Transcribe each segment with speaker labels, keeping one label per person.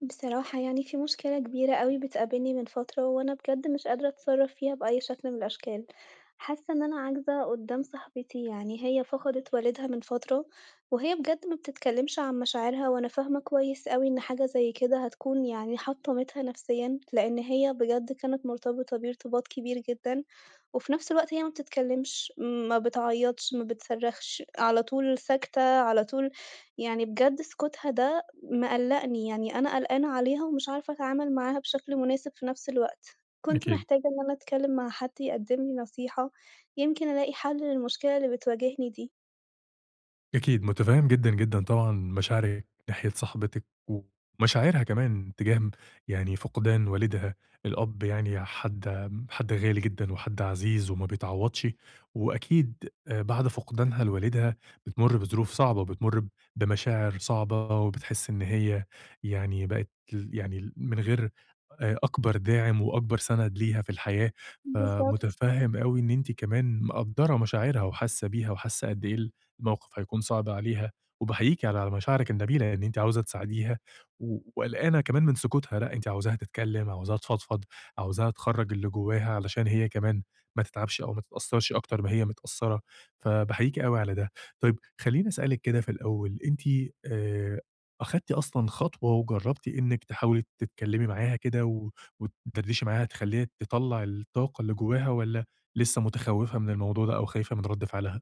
Speaker 1: بصراحة يعني في مشكلة كبيرة أوي بتقابلني من فترة، وأنا بجد مش قادرة أتصرّف فيها بأي شكل من الأشكال، حاسة إن أنا عاجزة قدّام صاحبتي، يعني هي فقدت والدها من فترة، وهي بجد ما بتتكلمش عن مشاعرها، وأنا فاهمة كويس أوي إن حاجة زي كده هتكون يعني حطمتها نفسيًا، لإن هي بجد كانت مرتبطة بيه ارتباط كبير جدًا، وفي نفس الوقت هي ما بتتكلمش، ما بتعيطش، ما بتصرّخش، على طول ساكتة، على طول يعني بجد سكوتها ده مقلّقني، يعني أنا قلقانة عليها ومش عارفة أتعامل معاها بشكل مناسب في نفْس الوقت. كنت
Speaker 2: أكيد،
Speaker 1: محتاجة إن أنا أتكلّم مع حد يقدّم لي نصيحة، يمكن ألاقي حل للمشكلة اللي بتواجهني دي.
Speaker 2: أكيد، متفهم جدًا، جدًا طبعًا مشاعرِك ناحية صاحبتِك، ومشاعرها كمان تجاه يعني فقدان والدها، الأب يعني حد غالي جدًا وحد عزيز وما بيتعوضش، وأكيد بعد فقدانها لوالدها بتمُر بظروف صعبة، وبتمُر بمشاعر صعبة، وبتحس إن هي يعني بقت يعني من غير أكبر داعم وأكبر سند ليها في الحياة،
Speaker 1: بالضبط.
Speaker 2: فمتفهم أوي إن أنتِ كمان مقدّرة مشاعرها وحاسة بيها وحاسة قد إيه الموقف هيكون صعب عليها، وباحييكِ على مشاعرِك النبيلة إن أنتِ عاوزة تساعديها، و وقلقانة كمان من سكوتها، لأ أنتِ عاوزاها تتكلم، عاوزاها تفضفض، عاوزاها تخرّج اللي جواها علشان هي كمان ما تتعبش أو ما تتأثّرش أكتر ما هي متأثّرة، فباحييكِ أوي على ده. طيب خلّيني أسألِك كده في الأول، أنتِ آآ أخدتِ أصلًا خطوة وجرّبتِ إنِّك تحاولي تتكلّمي معاها كده و وتدردشي معاها تخلّيها تطلّع الطاقة اللي جواها والّا لسه متخوّفة من الموضوع ده أو خايفة من رَد فعلها؟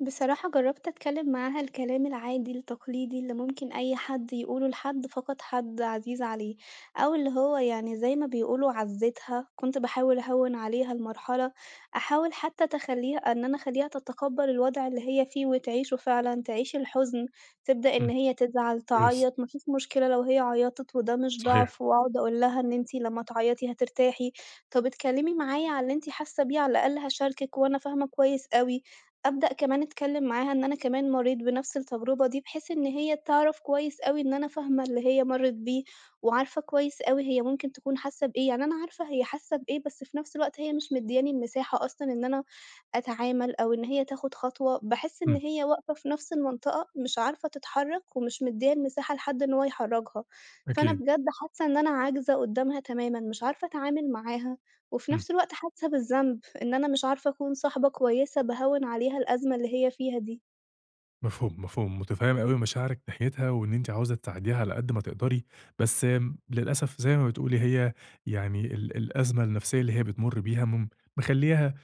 Speaker 1: بصراحة جرّبت أتكلّم معاها الكلام العادي التقليدي اللي ممكن أي حد يقوله لحد فقد حد عزيز عليه، أو اللي هو يعني زي ما بيقولوا عزّيتها، كنت باحاول أهوّن عليها المرحلة، أحاول حتى تخلّيها إن أنا أخلّيها تتقبّل الوضع اللي هي فيه وتعيشه فعلًا، تعيش الحزن، تبدأ إن
Speaker 2: إمم،
Speaker 1: هي تزعل،
Speaker 2: كويس.
Speaker 1: تعيّط، ما فيش مشكلة لو هي عيّطت وده مش
Speaker 2: صحيح،
Speaker 1: ضعف، وأقعد أقول لها إن أنتِ لمّا تعيّطي هترتاحي، طَب اتكلّمي معايا على اللي أنتِ حاسة بيه على الأقل هاشاركِك وأنا فاهمة كويس أوي. أبدأ كمان أتكلم معاها إن أنا كمان مرّيت بنفْس التجربة دي، بحيث إن هي تعرف كويس أوي إن أنا فاهمة اللي هي مرّت بيه، وعارفة كويس أوي هي ممكن تكون حاسة بإيه، يعني أنا عارفة هي حاسة بإيه، بس في نفْس الوقت هي مش مدّياني المساحة أصلًا إن أنا أتعامل أو إن هي تاخد خطوة، باحس إن
Speaker 2: إمم،
Speaker 1: هي واقفة في نفْس المنطقة مش عارفة تتحرّك، ومش مدّية المساحة لحد إن هو يحرّكها، فأنا
Speaker 2: أكيد،
Speaker 1: بجد حاسة إن أنا عاجزة قدّامها تمامًا، مش عارفة أتعامل معاها، وفي
Speaker 2: إمم،
Speaker 1: نفْس الوقت حاسة بالذنب. إن أنا مش عارفة أكون صاحبة كويسة باهوِّن عليها الأزمة اللي هي فيها دي.
Speaker 2: مفهوم، مفهوم، متفهم أوي مشاعرِك ناحيتها، وإن أنتِ عاوزة تساعديها على قد ما تقدري، بس للأسف زي ما بتقولي هي يعني الأزمة النفسية اللي هي بتمُر بيها مخلّياها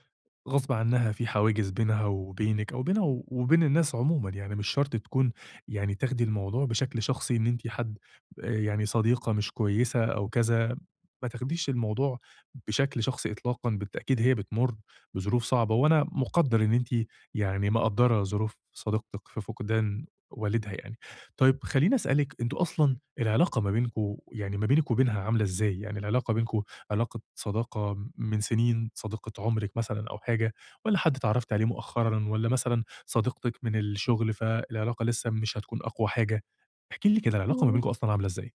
Speaker 2: غصب عنها في حواجز بينها وبينِك أو بينها وبين الناس عمومًا، يعني مش شرط تكون يعني تاخدي الموضوع بشكل شخصي إن أنتِ حد يعني صديقة مش كويسة أو كذا، ما تاخديش الموضوع بشكل شخصي إطلاقًا، بالتأكيد هي بتمُر بظروف صعبة، وأنا مقدّر إن أنتِ يعني مقدّرة ظروف صديقتِك في فقدان والدها يعني. طيب خلّيني أسألِك أنتم أصلًا العلاقة ما بينكم يعني ما بينِك وبينها عاملة إزاي؟ يعني العلاقة بينكم علاقة صداقة من سنين، صديقة عُمرِك مثلًا أو حاجة، والّا حد اتعرّفتِ عليه مؤخرًا، والّا مثلًا صديقتِك من الشغل فالعلاقة لسه مش هتكون أقوى حاجة؟ احكي لي كده العلاقة ما
Speaker 1: إمم.
Speaker 2: بينكم أصلًا عاملة إزاي؟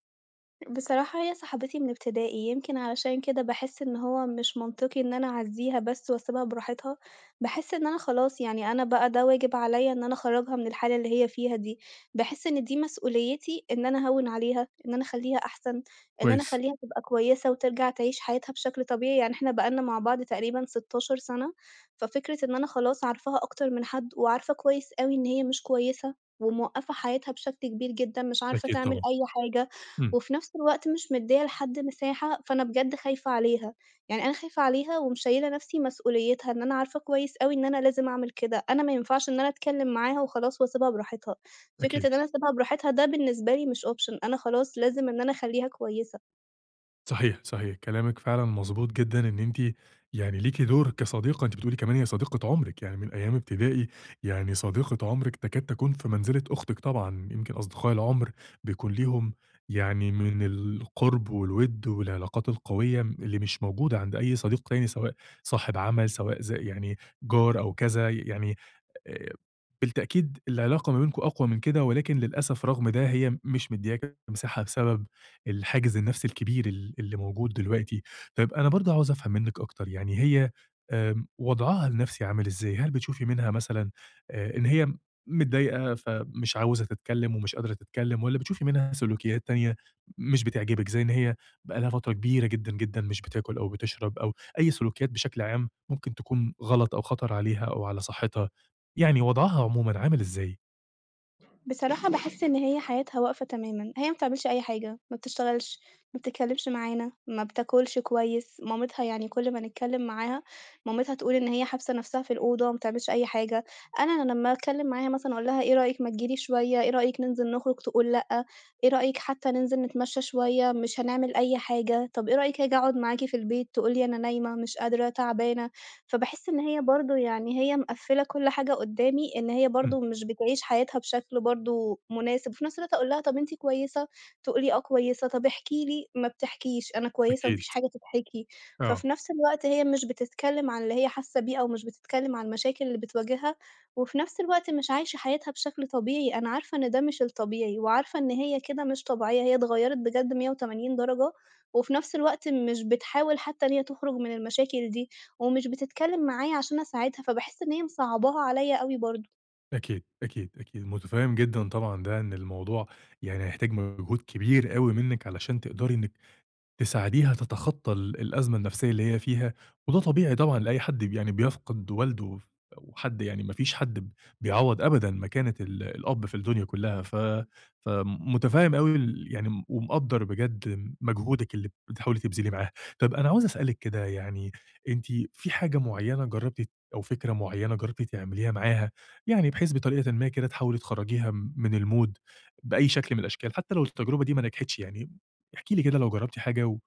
Speaker 1: بصراحة هي صاحبتي من ابتدائي، يمكن علشان كده باحس إن هو مش منطقي إن أنا أعزّيها بس واسيبها براحتها، باحس إن أنا خلاص يعني أنا بقى ده واجب عليَّ إن أنا أخرّجها من الحالة اللي هي فيها دي، باحس إن دي مسؤوليتي إن أنا أهوّن عليها، إن أنا أخلّيها أحسن، إن أنا
Speaker 2: كويس.
Speaker 1: أخلّيها تبقى كويسة وترجع تعيش حياتها بشكل طبيعي، يعني إحنا بقى لنا مع بعض تقريبًا 16 سنة، ففكرة إن أنا خلاص عارفاها أكتر من حد وعارفة كويس أوي إن هي مش كويسة، وموقّفة حياتها بشكل كبير جدًا، مش عارفة
Speaker 2: أكيد
Speaker 1: تعمل
Speaker 2: طبعًا،
Speaker 1: أي حاجة،
Speaker 2: إمم،
Speaker 1: وفي نفس الوقت مش مدّية لحد مساحة، فأنا بجد خايفة عليها، يعني أنا خايفة عليها ومشيّلة نفسي مسؤوليتها، إن أنا عارفة كويس أوي إن أنا لازم أعمل كده، أنا ما ينفعش إن أنا أتكلّم معاها وخلاص واسيبها براحتها، فكرة
Speaker 2: أكيد.
Speaker 1: إن أنا أسيبها براحتها ده بالنسبة لي مش option، أنا خلاص لازم إن أنا أخلّيها كويسة.
Speaker 2: صحيح، صحيح، كلامِك فعلًا مضبوط جدًا إن أنتِ يعني ليكِ دور كصديقة، أنتِ بتقولي كمان هي صديقة عمرِك، يعني من أيام ابتدائي، يعني صديقة عمرِك تكاد تكون في منزلة أختِك طبعًا، يمكن أصدقاء العُمر بيكون ليهم يعني من القُرب والوِد والعلاقات القوية اللي مش موجودة عند أي صديق تاني، سواء صاحب عمل، سواء يعني جار أو كذا، يعني آآ بالتأكيد العلاقة ما بينكم أقوى من كده، ولكن للأسف رغم ده هي مش مدياك مساحة بسبب الحاجز النفسي الكبير اللي موجود دلوقتي. طيب أنا برضه عاوز أفهم منِّك أكتر، يعني هي وضعها النفسي عامل إزاي؟ هل بتشوفي منها مثلًا إن هي متضايقة فمش عاوزة تتكلم ومش قادرة تتكلم، والّا بتشوفي منها سلوكيات تانية مش بتعجبِك، زي إن هي بقى لها فترة كبيرة جدًا، جدًا مش بتاكل أو بتشرب أو أي سلوكيات بشكل عام ممكن تكون غلط أو خطر عليها أو على صحتها؟ يعني وضعها عمومًا عامل إزاي؟
Speaker 1: بصراحة باحس إن هي حياتها واقفة تمامًا، هي ما بتعملش أي حاجة، ما بتشتغلش، ما بتتكلمش معانا، ما بتاكلش كويس، مامتها يعني كل ما نتكلم معاها مامتها تقول إن هي حابسة نفسها في الأوضة وما بتعملش أي حاجة، أنا لمّا أتكلم معاها مثلًا أقول لها إيه رأيِك ما تجيلي شوية، إيه رأيك ننزل نخرج، تقول لأ، إيه رأيك حتى ننزل نتمشى شوية، مش هنعمل أي حاجة، طب إيه رأيك آجي أقعد معاكِ في البيت، تقول لي أنا نايمة، مش قادرة، تعبانة. فباحس إن هي برضه يعني هي مقفّلة كل حاجة قدّامي، إن هي
Speaker 2: إمم.
Speaker 1: برضه مش بتعيش حياتها بشكل برضه مناسب، وفي نفس الوقت أقول لها طَب أنتِ كويسة؟ تقول لي آه كويسة، طَب احكي لي، ما بتحكيش، أنا كويسة ما
Speaker 2: أكيد،
Speaker 1: فيش حاجة تتحكي،
Speaker 2: آه،
Speaker 1: ففي نفس الوقت هي مش بتتكلم عن اللي هي حاسة بيه أو مش بتتكلم عن المشاكل اللي بتواجهها، وفي نفس الوقت مش عايشة حياتها بشكل طبيعي، أنا عارفة إن ده مش الطبيعي، وعارفة إن هي كده مش طبيعية، هي اتغيّرت بجد 180 درجة، وفي نفس الوقت مش بتحاول حتى إن هي تخرج من المشاكل دي. ومش بتتكلم معايا عشان أساعدها، فباحس إن هي مصعّباها عليّا أوي برضه.
Speaker 2: أكيد، أكيد، أكيد، متفهم جدًا طبعًا ده إن الموضوع يعني هيحتاج مجهود كبير أوي منِّك علشان تقدري إنِّك تساعديها تتخطى الأزمة النفسية اللي هي فيها، وده طبيعي طبعًا لأي حد يعني بيفقد والده وحد يعني ما فيش حد بيعوّض أبدًا مكانة الأب في الدنيا كلّها، فمتفهّم أوي يعني ومقدّر بجد مجهودِك اللي بتحاولي تبذليه معاها. طَب أنا عاوز أسألِك كده يعني أنتِ في حاجة معيّنة جرّبتِ أو فكرة معيّنة جرّبتِ تعمليها معاها، يعني بحيث بطريقةً ما كده تحاولي تخرّجيها من الmood بأي شكل من الأشكال، حتى لو التجربة دي ما نجحتش يعني احكي لي كده لو جرّبتِ حاجة و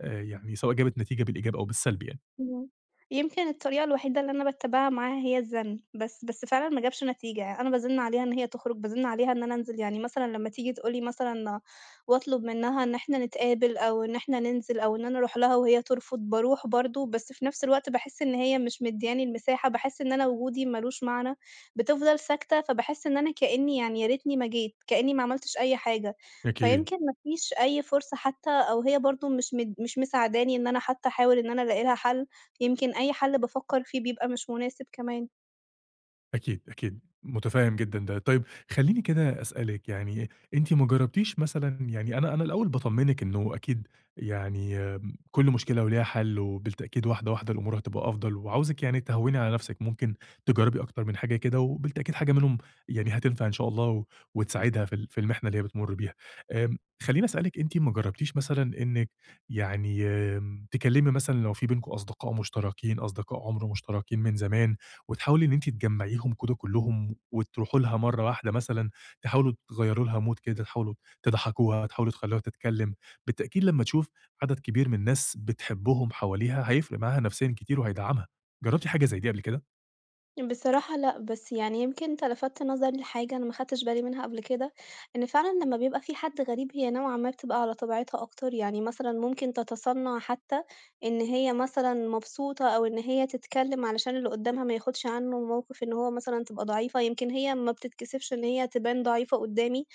Speaker 2: يعني سواء جابت نتيجة بالإيجاب أو بالسلب يعني.
Speaker 1: إمم. يمكن الطريقة الوحيدة اللي أنا باتّبعها معاها هي الزَّن، بس فعلًا ما جابش نتيجة، يعني أنا بازِن عليها إن هي تخرُج، بازِن عليها إن أنا أنزل، يعني مثلًا لمّا تيجي تقول لي مثلًا واطلب منّها إن إحنا نتقابل أو إن إحنا ننزل أو إن أنا أروح لها وهي ترفض، باروح برضه، بس في نفس الوقت باحس إن هي مش مدّياني المساحة، باحس إن أنا وجودي ما لوش معنى، بتفضل ساكتة، فباحس إن أنا كإنّي يعني يا ريتني ما جيت، كإنّي ما عملتش أي حاجة،
Speaker 2: أكيد.
Speaker 1: فيمكن ما فيش أي فرصة حتى أو هي برضه مش مساعداني إن أنا حتى أحاول إن أنا ألاقي لها حَل. يمكن أي حل بافكّر فيه بيبقى مش مناسب كمان.
Speaker 2: أكيد، أكيد، متفهّم جدًا ده. طيب خلّيني كده أسألِك يعني أنتِ ما جرّبتيش مثلًا يعني أنا الأول باطمّنِك إنه أكيد يعني كل مشكلة وليها حَل وبالتأكيد واحدة، واحدة الأمور هتبقى أفضل وعاوزِك يعني تهوّني على نَفْسِك، ممكن تجرّبي أكتر من حاجة كده وبالتأكيد حاجة منهم يعني هتنفع إن شاء الله وتساعدها في في المحنة اللي هي بتمُر بيها. خلّيني أسألِك أنتِ ما جرّبتيش مثلًا إنِّك يعني تكلّمي مثلًا لو في بينكم أصدقاء مشتركين، أصدقاء عُمر مشتركين من زمان، وتحاولي إن أنتِ تجمّعيهم كده كلّهم وتروحوا لها مرّة واحدة مثلًا، تحاولوا تغيّروا لها mood كده، تحاولوا تضحّكوها، تحاولوا تخلّوها تتكلّم. بالتأكيد لمّا تشوف عدد كبير من الناس بتحبّهم حواليها، هيفرق معاها نفسيًا كتير وهيدعّمها. جرّبتِ حاجة زي دي قبل كده؟
Speaker 1: بصراحة لأ، بس يعني يمكن أنت لفتت نظري لحاجة أنا ما خدتش بالي منها قبل كده، إن فعلًا لمّا بيبقى في حد غريب هي نوعًا ما بتبقى على طبيعتها أكتر، يعني مثلًا ممكن تتصنّع حتى إن هي مثلًا مبسوطة أو إن هي تتكلّم علشان اللي قدّامها ما ياخدش عنّه موقِف إن هو مثلًا تبقى ضعيفة، يمكن هي ما بتتكسفش إن هي تبان ضعيفة قدّامي.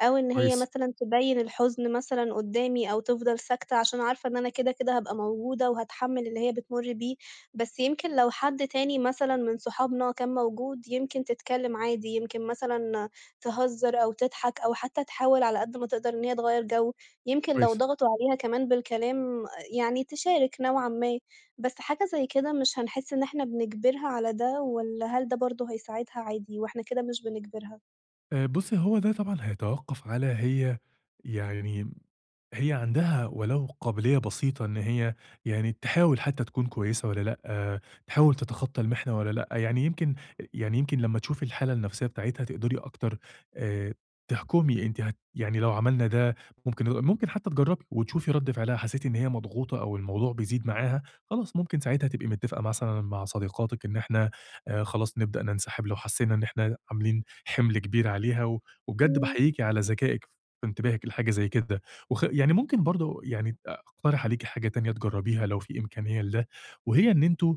Speaker 1: أو إن هي
Speaker 2: كويس،
Speaker 1: مثلًا تبيّن الحزن مثلًا قدّامي أو تفضل ساكتة عشان عارفة إن أنا كده، كده هابقى موجودة وهاتحمّل اللي هي بتمُر بيه، بس يمكن لو حد تاني مثلًا من صحابنا كان موجود يمكن تتكلّم عادي، يمكن مثلًا تهزّر أو تضحك أو حتى تحاول على قد ما تقدر إن هي تغيّر جو، يمكن لو
Speaker 2: كويس.
Speaker 1: ضغطوا عليها كمان بالكلام يعني تشارك نوعًا ما، بس حاجة زي كده مش هنحس إن إحنا بنجبرها على ده والّا هل ده برضه هيساعدها عادي وإحنا كده مش بنجبرها؟
Speaker 2: بُصّي، هو ده طبعًا هيتوقّف على هي يعني هي عندها ولو قابلية بسيطة إن هي يعني تحاول حتّى تكون كويسة والّا لأ، آه، تحاول تتخطّى المحنة والّا لأ، يعني يمكن يعني يمكن لمّا تشوفي الحالة النفسيّة بتاعتها تقدري أكتر آآ تحكمي أنتِ يعني لو عملنا ده ممكن حتّى تجرّبي وتشوفي رَد فعلها، حسيتِ إن هي مضغوطة أو الموضوع بيزيد معاها، خلاص ممكن ساعتها تبقي متّفقة مثلًا مع صديقاتِك إن إحنا خلاص نبدأ ننسحب لو حسّينا إن إحنا عاملين حِمل كبير عليها، و وبجد
Speaker 1: إمم،
Speaker 2: باحييكِ على ذكائِك في انتباهِك لحاجة زي كده، يعني ممكن برضه يعني أقترح عليكِ حاجة تانية تجرّبيها لو في إمكانية لده، وهي إن أنتم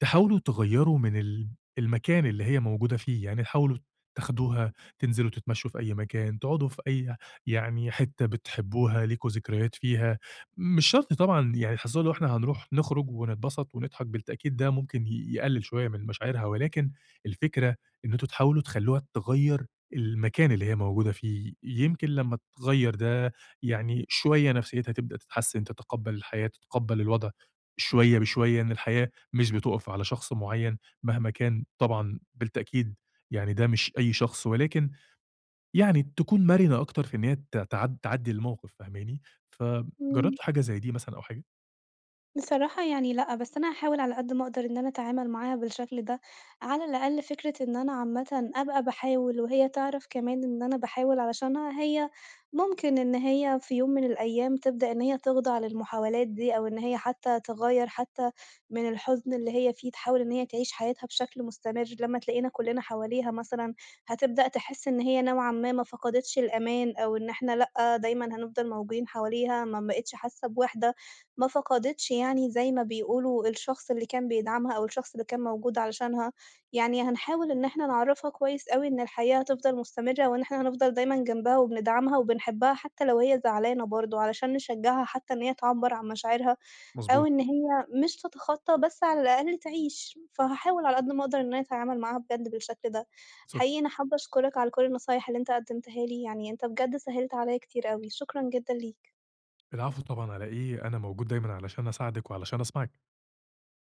Speaker 2: تحاولوا تغيّروا من المكان اللي هي موجودة فيه، يعني حاولوا تاخدوها تنزلوا تتمشوا في أي مكان، تقعدوا في أي يعني حتّة بتحبوها، ليكم ذكريات فيها، مش شرط طبعًا يعني حصّلوا اللي هو إحنا هنروح نخرج ونتبسط ونضحك، بالتأكيد ده ممكن يقلل شوية من مشاعرها، ولكن الفكرة إن أنتم تحاولوا تخلّوها تغيّر المكان اللي هي موجودة فيه، يمكن لمّا تغيّر ده يعني شوية نفسيتها تبدأ تتحسّن، تتقبّل الحياة، تتقبّل الوضع شوية بشوية، إن الحياة مش بتُقف على شخص معيّن مهما كان طبعًا بالتأكيد يعني ده مش أي شخص، ولكن يعني تكون مرنة أكتر في إن هي ت تعد تعدّي الموقف فاهماني؟
Speaker 1: إمم.
Speaker 2: فجرّبتوا حاجة زي دي مثلًا أو حاجة؟
Speaker 1: بصراحة يعني لأ، بس أنا هاحاول على قد ما أقدر إن أنا أتعامل معاها بالشكل ده، على الأقل فكرة إن أنا عامةً أبقى باحاول وهي تعرف كمان إن أنا باحاول علشانها، هي ممكن إن هي في يوم من الأيام تبدأ إن هي تخضع للمحاولات دي، أو إن هي حتى تغيّر حتى من الحزن اللي هي فيه، تحاول إن هي تعيش حياتها بشكل مستمر، لمّا تلاقينا كلنا حواليها مثلًا هتبدأ تحس إن هي نوعًا ما ما فقدتش الأمان، أو إن إحنا لأ، دايمًا هنفضل موجودين حواليها، ما بقِتش حاسة بوِحدة. ما فقدتش يعني زي ما بيقولوا الشخص اللي كان بيدعمها أو الشخص اللي كان موجود علشانها، يعني هنحاول إن إحنا نعرّفها كويس أوي إن الحياة هتفضل مستمرة وإن إحنا هنفضل دايمًا جنبها وبندعمها وبنحبها حتى لو هي زعلانة برضه، علشان نشجّعها حتى إن هي تعبّر عن مشاعرها أو
Speaker 2: مضبوط،
Speaker 1: إن هي مش تتخطّى بس على الأقل تعيش، فهاحاول على قد ما أقدر إن أنا أتعامل معاها بجد بالشكل ده.
Speaker 2: بالضبط.
Speaker 1: حقيقي أنا حابة أشكرك على كل النصايح اللي أنت قدّمتها لي، يعني أنت بجد سهّلت عليّا كتير أوي، شكرًا جدًا ليك.
Speaker 2: العفو طبعًا على إيه، أنا موجود دايمًا علشان أساعدِك وعلشان أسمعِك.